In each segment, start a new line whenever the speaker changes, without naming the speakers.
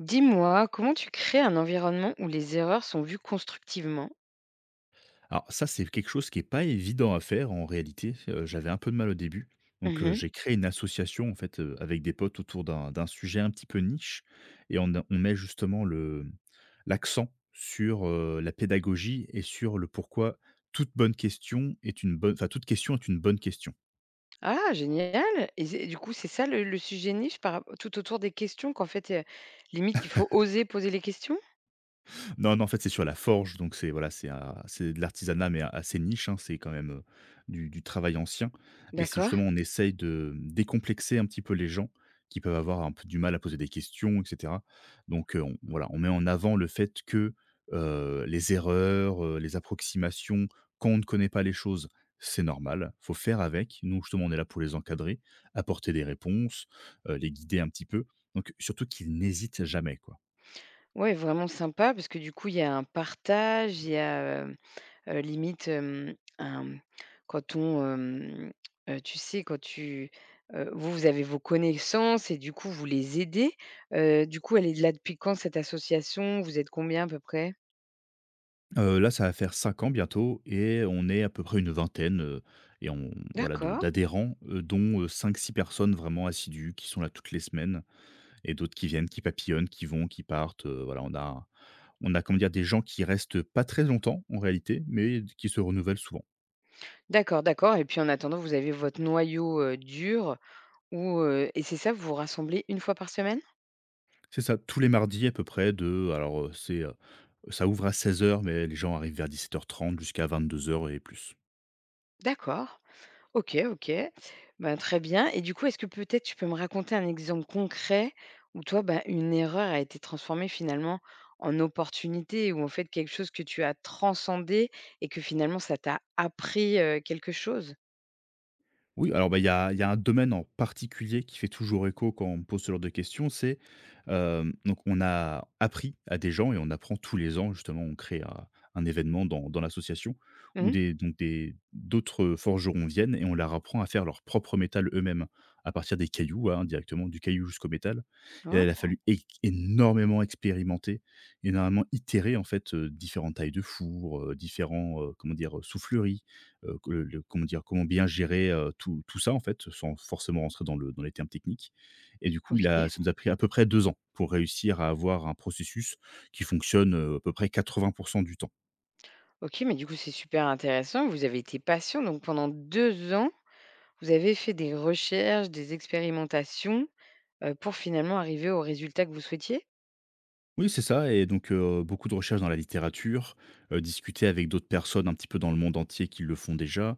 Dis-moi, comment tu crées un environnement où les erreurs sont vues constructivement?
Alors ça, c'est quelque chose qui est pas évident à faire en réalité. J'avais un peu de mal au début. Donc,
Mmh.
j'ai créé une association en fait, avec des potes autour d'un sujet un petit peu niche, et on met justement le l'accent sur, la pédagogie et sur le pourquoi. Toute bonne question est une bonne, enfin, toute question est une bonne question.
Ah génial! Et c'est du coup, c'est ça le sujet niche par rapp tout autour des questions qu'en fait, limite il faut oser poser les questions?
Non, non, en fait, c'est sur la forge, donc c'est, voilà, c'est de l'artisanat, mais assez niche, hein. C'est quand même, du travail ancien, mais c'est justement,
D'accord.
on essaye de décomplexer un petit peu les gens qui peuvent avoir un peu du mal à poser des questions et cetera. Donc, on voilà, on met en avant le fait que, les erreurs, les approximations, quand on ne connaît pas les choses, c'est normal, faut faire avec. Nous, justement, on est là pour les encadrer, apporter des réponses, les guider un petit peu, donc surtout qu'ils n'hésitent jamais, quoi.
Ouais, vraiment sympa parce que du coup, il y a un partage, il y a, limite, un, quand on, tu sais, quand tu, vous, vous avez vos connaissances et du coup, vous les aidez. Du coup, elle est là depuis quand cette association? Vous êtes combien à peu près?
Là, ça va faire 5 ans bientôt et on est à peu près une vingtaine, et on voilà, de
D'accord,
d'adhérents, dont 5, 6 personnes vraiment assidues qui sont là toutes les semaines, et d'autres qui viennent, qui papillonnent, qui vont, qui partent. Voilà, on a, comment dire, des gens qui restent pas très longtemps en réalité, mais qui se renouvellent souvent.
d'accord, d'accord, et puis en attendant, vous avez votre noyau, dur où, et c'est ça, vous vous rassemblez une fois par semaine?
C'est ça, tous les mardis à peu près, ça ouvre à 16 heures, mais les gens arrivent vers 17h30 jusqu'à 22 heures et plus.
D'accord. OK, OK. Ben, très bien et du coup, est-ce que peut-être tu peux me raconter un exemple concret où toi, ben, une erreur a été transformée finalement en opportunité ou en fait quelque chose que tu as transcendé et que finalement ça t'a appris, quelque chose?
Oui, alors, bah, il y a un domaine en particulier qui fait toujours écho quand on me pose ce genre de questions. C'est, donc, on a appris à des gens, et on apprend tous les ans, justement, on crée un événement dans l'association où
Mmh.
des donc des d'autres forgerons viennent, et on leur apprend à faire leur propre métal eux-mêmes, à partir des cailloux, hein, directement du caillou jusqu'au métal. Et là,
Oh,
il a fallu é énormément expérimenter, énormément itérer en fait. Différentes tailles de four, différents, comment dire, souffleries. Comment dire, comment bien gérer, tout ça, en fait, sans forcément rentrer dans le dans les termes techniques. Et du coup, il a
OK.
ça nous a pris à peu près 2 ans pour réussir à avoir un processus qui fonctionne, à peu près 80 du temps.
OK, mais du coup, c'est super intéressant. Vous avez été patient donc pendant 2 ans. Vous avez fait des recherches, des expérimentations, pour finalement arriver au résultat que vous souhaitiez?
Oui, c'est ça. Et donc, beaucoup de recherches dans la littérature, discuter avec d'autres personnes un petit peu dans le monde entier qui le font déjà,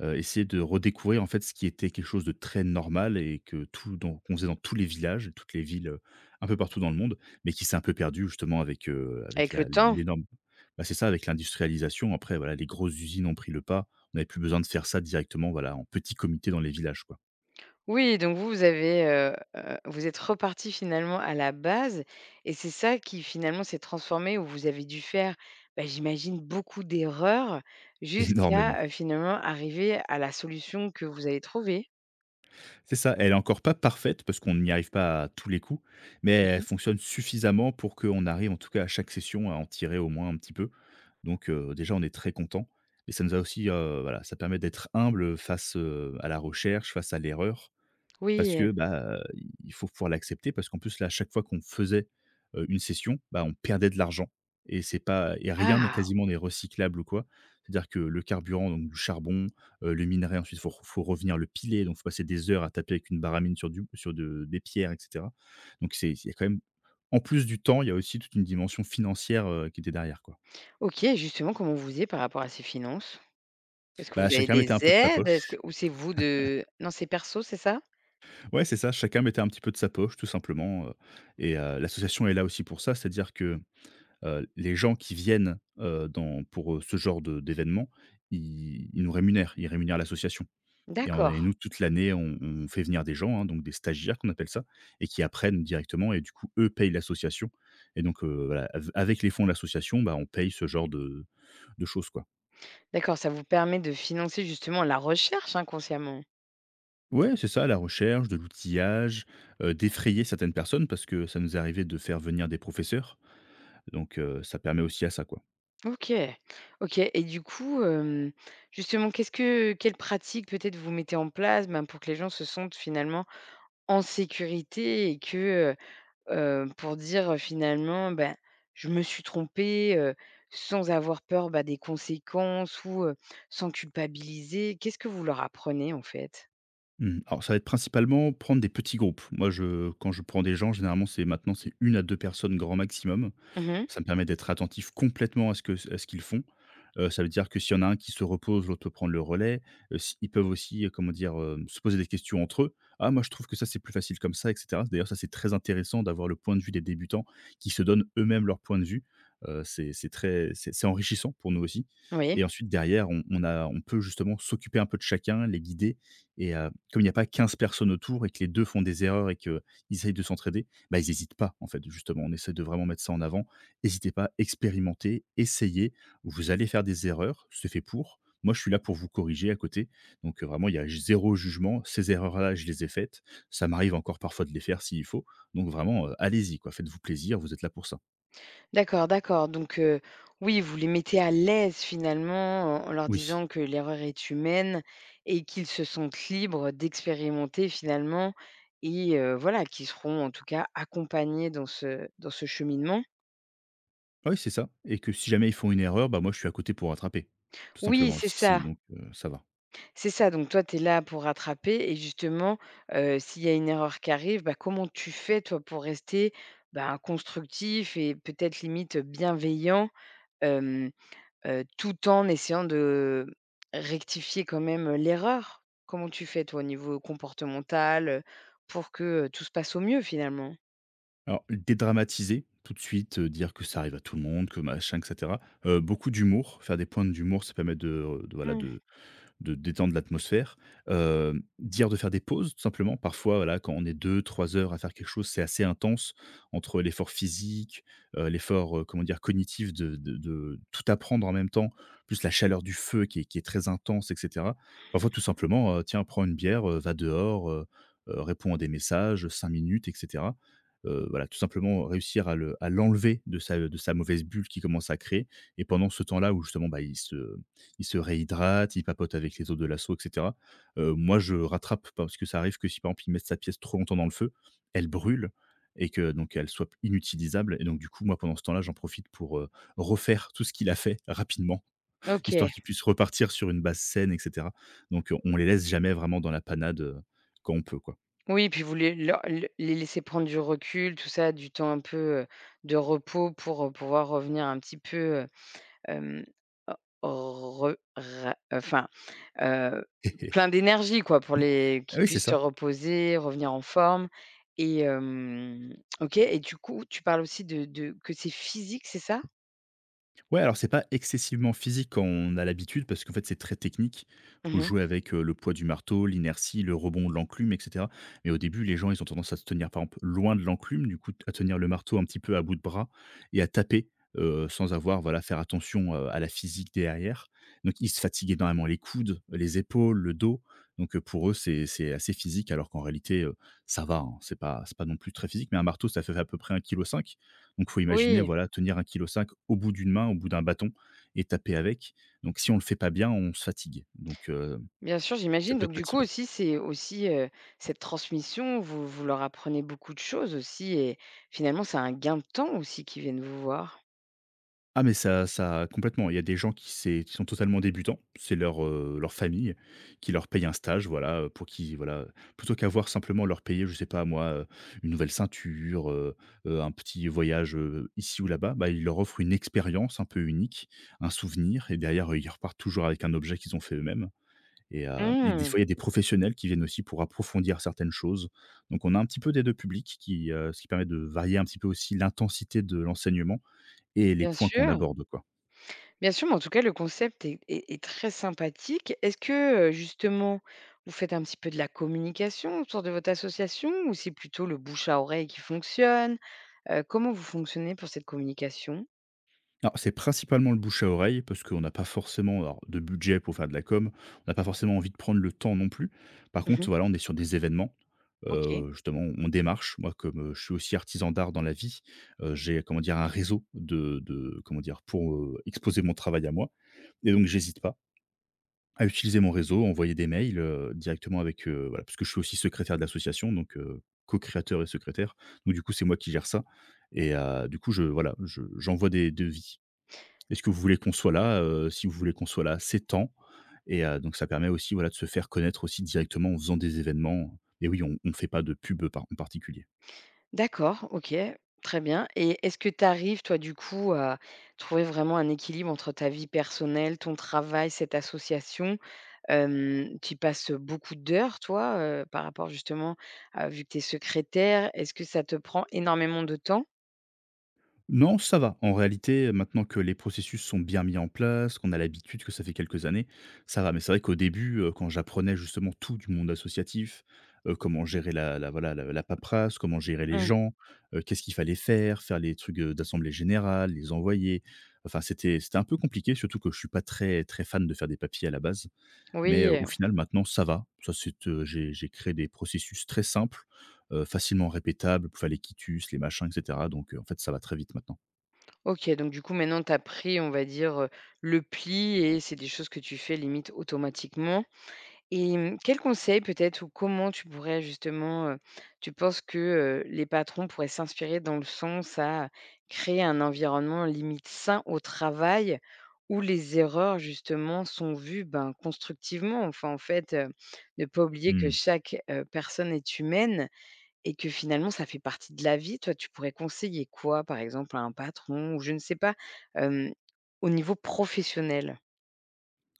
essayer de redécouvrir en fait ce qui était quelque chose de très normal et que tout dans qu'on faisait dans tous les villages, toutes les villes, un peu partout dans le monde, mais qui s'est un peu perdu justement avec, avec
Avec
la
le temps?
l'énorme. Bah, c'est ça, avec l'industrialisation. Après, voilà, les grosses usines ont pris le pas. On avait plus besoin de faire ça directement, voilà, en petit comité dans les villages, quoi.
Oui, donc vous, vous avez, vous êtes reparti finalement à la base et c'est ça qui finalement s'est transformé où vous avez dû faire, bah, j'imagine beaucoup d'erreurs
Énormément.
jusqu'à, finalement arriver à la solution que vous avez trouvée?
C'est ça, elle est encore pas parfaite parce qu'on n'y arrive pas à tous les coups, mais elle
Mmh.
fonctionne suffisamment pour qu'on arrive en tout cas à chaque session à en tirer au moins un petit peu. Donc, déjà, on est très content, mais ça nous a aussi, voilà, ça permet d'être humble face, à la recherche, face à l'erreur, parce
Oui.
que, bah, il faut pouvoir l'accepter, parce qu'en plus là, à chaque fois qu'on faisait, une session, bah, on perdait de l'argent. Et c'est pas et rien n'est
Ah!
quasiment n'est recyclable ou quoi. C'est-à-dire que le carburant, donc du charbon, le minerai, ensuite faut revenir le piler, donc faut passer des heures à taper avec une baramine sur du sur de des pierres et cetera. Donc, c'est il y a quand même, en plus du temps, il y a aussi toute une dimension financière, qui était derrière, quoi.
OK, justement, comment vous faisiez par rapport à ces finances? Est-ce que
Bah,
vous avez
chacun mettait un
des
peu de sa
aides? Est-ce que
poche.
ou c'est vous de non, c'est perso, c'est ça?
Ouais, c'est ça, chacun mettait un petit peu de sa poche tout simplement. L'association est là aussi pour ça, c'est-à-dire que, les gens qui viennent, dans pour, ce genre de d'événement, ils nous rémunèrent, ils rémunèrent l'association. Et en
D'accord,
et nous, toute l'année, on fait venir des gens, hein, donc des stagiaires qu'on appelle ça, et qui apprennent directement, et du coup eux payent l'association. Et donc, voilà, av avec les fonds de l'association, bah, on paye ce genre de choses, quoi.
d'accord, ça vous permet de financer justement la recherche inconsciemment.
Ouais, c'est ça, la recherche, de l'outillage, défrayer certaines personnes, parce que ça nous est arrivé de faire venir des professeurs. Donc, ça permet aussi à ça, quoi.
OK, OK et du coup, justement, qu'est-ce que quelles pratiques peut-être vous mettez en place, ben, pour que les gens se sentent finalement en sécurité et que, heu pour dire, finalement, ben: «Je me suis trompé», sans avoir peur, bah, des conséquences ou, sans culpabiliser? Qu'est-ce que vous leur apprenez en fait?
Mmh. Alors, ça va être principalement prendre des petits groupes. Moi je Quand je prends des gens, généralement, c'est une à 2 personnes grand maximum.
Mmh.
Ça me permet d'être attentif complètement à ce que à ce qu'ils font. Ça veut dire que s'il y en a un qui se repose, l'autre peut prendre le relais. S Ils peuvent aussi, comment dire, se poser des questions entre eux. «Ah, moi, je trouve que ça, c'est plus facile comme ça», et cetera. D'ailleurs, ça, c'est très intéressant d'avoir le point de vue des débutants qui se donnent eux-mêmes leur point de vue. C'est très C'est enrichissant pour nous aussi.
Oui.
Et ensuite, derrière, on peut justement s'occuper un peu de chacun, les guider. Et comme il n'y a pas 15 personnes autour et que les 2 font des erreurs et qu'ils essayent de s'entraider, bah, ils hésitent pas, en fait, justement. On essaie de vraiment mettre ça en avant. N'hésitez pas, expérimentez, essayez. Vous allez faire des erreurs, c'est fait pour. Moi, je suis là pour vous corriger à côté. Donc, vraiment, il y a zéro jugement. Ces erreurs-là, je les ai faites. Ça m'arrive encore parfois de les faire, s'il faut. Donc, vraiment, allez-y, quoi, faites-vous plaisir, vous êtes là pour ça.
D'accord, d'accord. Donc, oui, vous les mettez à l'aise finalement, en leur
Oui.
disant que l'erreur est humaine et qu'ils se sentent libres d'expérimenter finalement et voilà, qu'ils seront en tout cas accompagnés dans ce cheminement.
Ah oui, c'est ça, et que si jamais ils font une erreur, bah, moi, je suis à côté pour rattraper, tout
Oui,
simplement.
c'est
Si c'est
ça,
donc Ça va.
c'est ça. Donc toi, tu es là pour rattraper et justement, s'il y a une erreur qui arrive, bah, comment tu fais toi pour rester, ben, constructif et peut-être limite bienveillant? Tout en essayant de rectifier quand même, l'erreur? Comment tu fais toi au niveau comportemental, pour que, tout se passe au mieux finalement?
Alors, dédramatiser tout de suite, dire que ça arrive à tout le monde, que machin et cetera. Beaucoup d'humour, faire des pointes d'humour, ça permet de, voilà,
Mmh.
de détendre l'atmosphère, dire de faire des pauses, tout simplement. Parfois, voilà, quand on est 2, 3 heures à faire quelque chose, c'est assez intense, entre l'effort physique, l'effort, comment dire, cognitif de tout apprendre en même temps, plus la chaleur du feu qui est très intense, et cetera. Parfois, tout simplement, tiens, prends une bière, va dehors, réponds à des messages, 5 minutes, et cetera. Voilà, tout simplement réussir à le à l'enlever de sa mauvaise bulle qui commence à créer. Et pendant ce temps-là, où justement, bah, il se réhydrate, il papote avec les autres de l'assaut et cetera. Moi, je rattrape, parce que ça arrive que si, par exemple, il met sa pièce trop longtemps dans le feu, elle brûle, et que donc elle soit inutilisable. Et donc du coup, moi, pendant ce temps-là, j'en profite pour, refaire tout ce qu'il a fait rapidement, histoire
OK.
qu'il puisse repartir sur une base saine, et cetera. Donc, on les laisse jamais vraiment dans la panade, quand on peut, quoi.
Oui, puis vous les leur le les laisser prendre du recul, tout ça, du temps un peu, de repos pour, pouvoir revenir un petit peu, hem, re ra enfin Heu, plein d'énergie quoi pour les
Ah
qu'ils
oui, c'est
puissent se
ça.
reposer, revenir en forme et OK et du coup, tu parles aussi de que c'est physique, c'est ça?
Ouais, alors, c'est pas excessivement physique quand on a l'habitude, parce qu'en fait, c'est très technique. Faut
Mmh.
jouer avec, le poids du marteau, l'inertie, le rebond de l'enclume, et cetera. Mais au début, les gens, ils ont tendance à se tenir, par exemple, loin de l'enclume, du coup à tenir le marteau un petit peu à bout de bras et à taper, sans avoir, voilà, faire attention, à la physique derrière. Donc ils se fatiguent énormément les coudes, les épaules, le dos. Donc, pour eux, c'est assez physique, alors qu'en réalité, ça va, hein. C'est pas non plus très physique, mais un marteau, ça fait à peu près 1,5 cinq. Donc faut imaginer,
Oui,
voilà, tenir un kilo cinq au bout d'une main, au bout d'un bâton, et taper avec. Donc si on le fait pas bien, on se fatigue. Donc,
bien sûr,
ça
j'imagine
peut
donc
être
du coup
fatigant.
aussi, c'est aussi, cette transmission, vous vous leur apprenez beaucoup de choses aussi et finalement, c'est un gain de temps aussi qu'ils viennent vous voir.
Ah, mais ça complètement. Il y a des gens qui sont totalement débutants. C'est leur, leur famille qui leur paye un stage, voilà, pour qu'ils voilà, plutôt qu'avoir simplement leur payer, je sais pas moi, une nouvelle ceinture, un petit voyage, ici ou là-bas, bah, ils leur offrent une expérience un peu unique, un souvenir et derrière, ils repartent toujours avec un objet qu'ils ont fait eux-mêmes. Et des
Mmh,
fois, il y a des professionnels qui viennent aussi pour approfondir certaines choses. Donc on a un petit peu des 2 publics qui, ce qui permet de varier un petit peu aussi l'intensité de l'enseignement et les
bien
points qu'on
sûr.
aborde, quoi.
Bien sûr, mais en tout cas, le concept est très sympathique. Est-ce que, justement, vous faites un petit peu de la communication autour de votre association ou c'est plutôt le bouche à oreille qui fonctionne? Comment vous fonctionnez pour cette communication?
Alors c'est principalement le bouche à oreille parce qu'on n'a pas forcément alors de budget pour faire de la com, on n'a pas forcément envie de prendre le temps non plus. Par contre,
Mmh.
voilà, on est sur des événements,
OK.
justement on démarche. Moi comme, je suis aussi artisan d'art dans la vie, j'ai, comment dire, un réseau de comment dire? Pour, exposer mon travail à moi et donc j'hésite pas à utiliser mon réseau, envoyer des mails, directement avec, voilà, parce que je suis aussi secrétaire de l'association, donc co-créateur et secrétaire. Donc du coup, c'est moi qui gère ça et du coup, je voilà, je j'envoie des devis. Est-ce que vous voulez qu'on soit là? Si vous voulez qu'on soit là, c'est temps. Et donc ça permet aussi, voilà, de se faire connaître aussi directement en faisant des événements et oui, on ne fait pas de pub, par en particulier.
D'accord, OK, très bien et est-ce que tu arrives, toi, du coup, à trouver vraiment un équilibre entre ta vie personnelle, ton travail, cette association? Hem, tu y passes, beaucoup d'heures, toi, par rapport justement, à vu que tu es secrétaire, est-ce que ça te prend énormément de temps?
Non, ça va. En réalité, maintenant que les processus sont bien mis en place, qu'on a l'habitude, que ça fait quelques années, ça va. Mais c'est vrai qu'au début, quand j'apprenais justement tout du monde associatif, comment gérer la voilà, la paperasse, comment gérer les
Mmh,
gens, qu'est-ce qu'il fallait faire, faire les trucs, d'assemblée générale, les envoyer. Enfin, c'était un peu compliqué, surtout que je suis pas très très fan de faire des papiers à la base. Mais,
oui,
au final, maintenant, ça va. Ça c'est, j'ai créé des processus très simples, facilement répétables, fallait quitus, les machins et cetera. Donc, en fait, ça va très vite maintenant.
OK, donc du coup, maintenant, tu as pris, on va dire, le pli et c'est des choses que tu fais limite automatiquement. Et mmh, quel conseil peut-être ou comment tu pourrais justement, tu penses que, les patrons pourraient s'inspirer dans le sens à créer un environnement limite sain au travail où les erreurs justement sont vues, ben, constructivement? Enfin, en fait, ne pas oublier que
Mmh.
chaque, personne est humaine et que finalement ça fait partie de la vie. Toi, tu pourrais conseiller quoi, par exemple, à un patron ou je ne sais pas, hem, au niveau professionnel?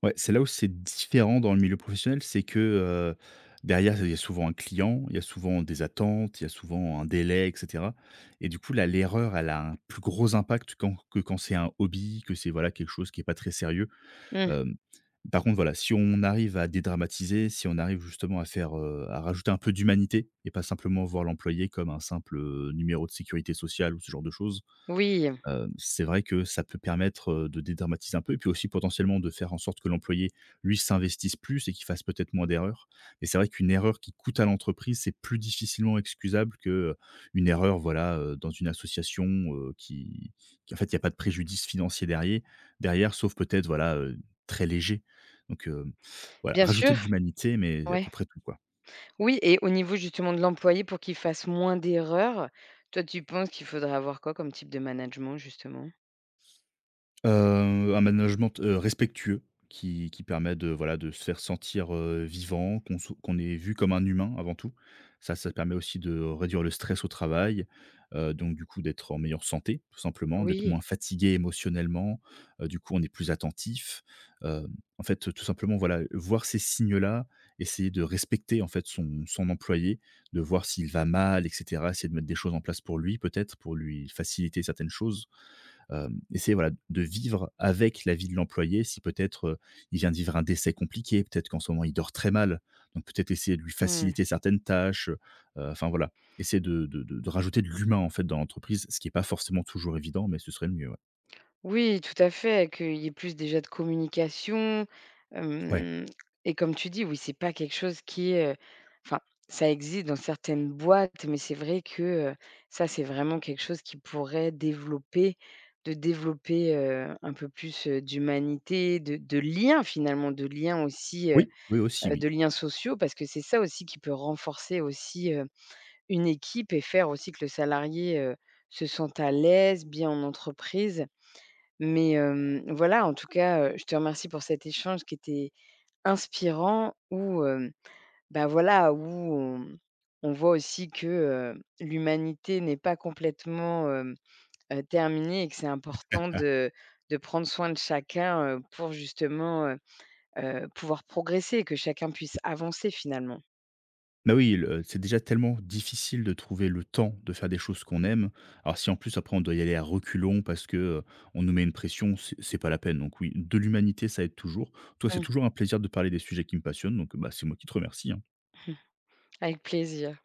Ouais, c'est là où c'est différent dans le milieu professionnel, c'est que, derrière, il y a souvent un client, il y a souvent des attentes, il y a souvent un délai, et cetera et du coup, là, l'erreur, elle a un plus gros impact quand que quand c'est un hobby, que c'est, voilà, quelque chose qui est pas très sérieux,
Mmh,
hem, par contre, voilà, si on arrive à dédramatiser, si on arrive justement à faire, à rajouter un peu d'humanité et pas simplement voir l'employé comme un simple, numéro de sécurité sociale ou ce genre de choses.
oui,
C'est vrai que ça peut permettre, de dédramatiser un peu et puis aussi potentiellement de faire en sorte que l'employé, lui, s'investisse plus et qu'il fasse peut-être moins d'erreurs. Et c'est vrai qu'une erreur qui coûte à l'entreprise, c'est plus difficilement excusable que, une erreur, voilà, dans une association, heu, qui qui en fait, il y a pas de préjudice financier derrière, derrière, sauf peut-être, voilà, très léger. Donc, voilà,
bien
rajouter
sûr,
de l'humanité, mais à
ouais.
peu près tout, quoi.
Oui et au niveau justement de l'employé pour qu'il fasse moins d'erreurs, toi tu penses qu'il faudrait avoir quoi comme type de management justement?
Un management, respectueux qui permet de, voilà, de se faire sentir, vivant, qu'on est vu comme un humain avant tout. Ça permet aussi de réduire le stress au travail, donc du coup d'être en meilleure santé, tout simplement, d'être
Oui,
moins fatigué émotionnellement, du coup on est plus attentif. Hem, en fait, tout simplement, voilà, voir ces signes-là, essayer de respecter, en fait, son employé, de voir s'il va mal et cetera, essayer de mettre des choses en place pour lui peut-être, pour lui faciliter certaines choses. Euh, essayer voilà, de vivre avec la vie de l'employé. Si peut-être il vient de vivre un décès compliqué, peut-être qu'en ce moment il dort très mal, donc peut-être essayer de lui
mmh.
faciliter certaines tâches. Enfin voilà, essayer de, de rajouter de l'humain en fait dans l'entreprise, ce qui n'est pas forcément toujours évident, mais ce serait le mieux. Ouais.
Oui, tout à fait, qu'il y ait plus déjà de communication,
Ouais.
hem et comme tu dis, oui, c'est pas quelque chose qui est, enfin, ça existe dans certaines boîtes, mais c'est vrai que, ça, c'est vraiment quelque chose qui pourrait développer de développer, un peu plus, d'humanité, de lien finalement, de lien aussi,
Oui, oui aussi, oui.
de liens sociaux parce que c'est ça aussi qui peut renforcer aussi, une équipe et faire aussi que le salarié, se sente à l'aise, bien en entreprise. Mais, voilà, en tout cas, je te remercie pour cet échange qui était inspirant où, bah, voilà, où on voit aussi que, l'humanité n'est pas complètement, terminée et que c'est important de prendre soin de chacun, pour justement, pouvoir progresser et que chacun puisse avancer finalement.
Bah, oui, le c'est déjà tellement difficile de trouver le temps de faire des choses qu'on aime. Alors si en plus après on doit y aller à reculons parce que, on nous met une pression, c'est pas la peine. Donc oui, de l'humanité, ça aide toujours. Toi, c'est
Mmh.
toujours un plaisir de parler des sujets qui me passionnent donc, bah, c'est moi qui te remercie, hein.
Avec plaisir.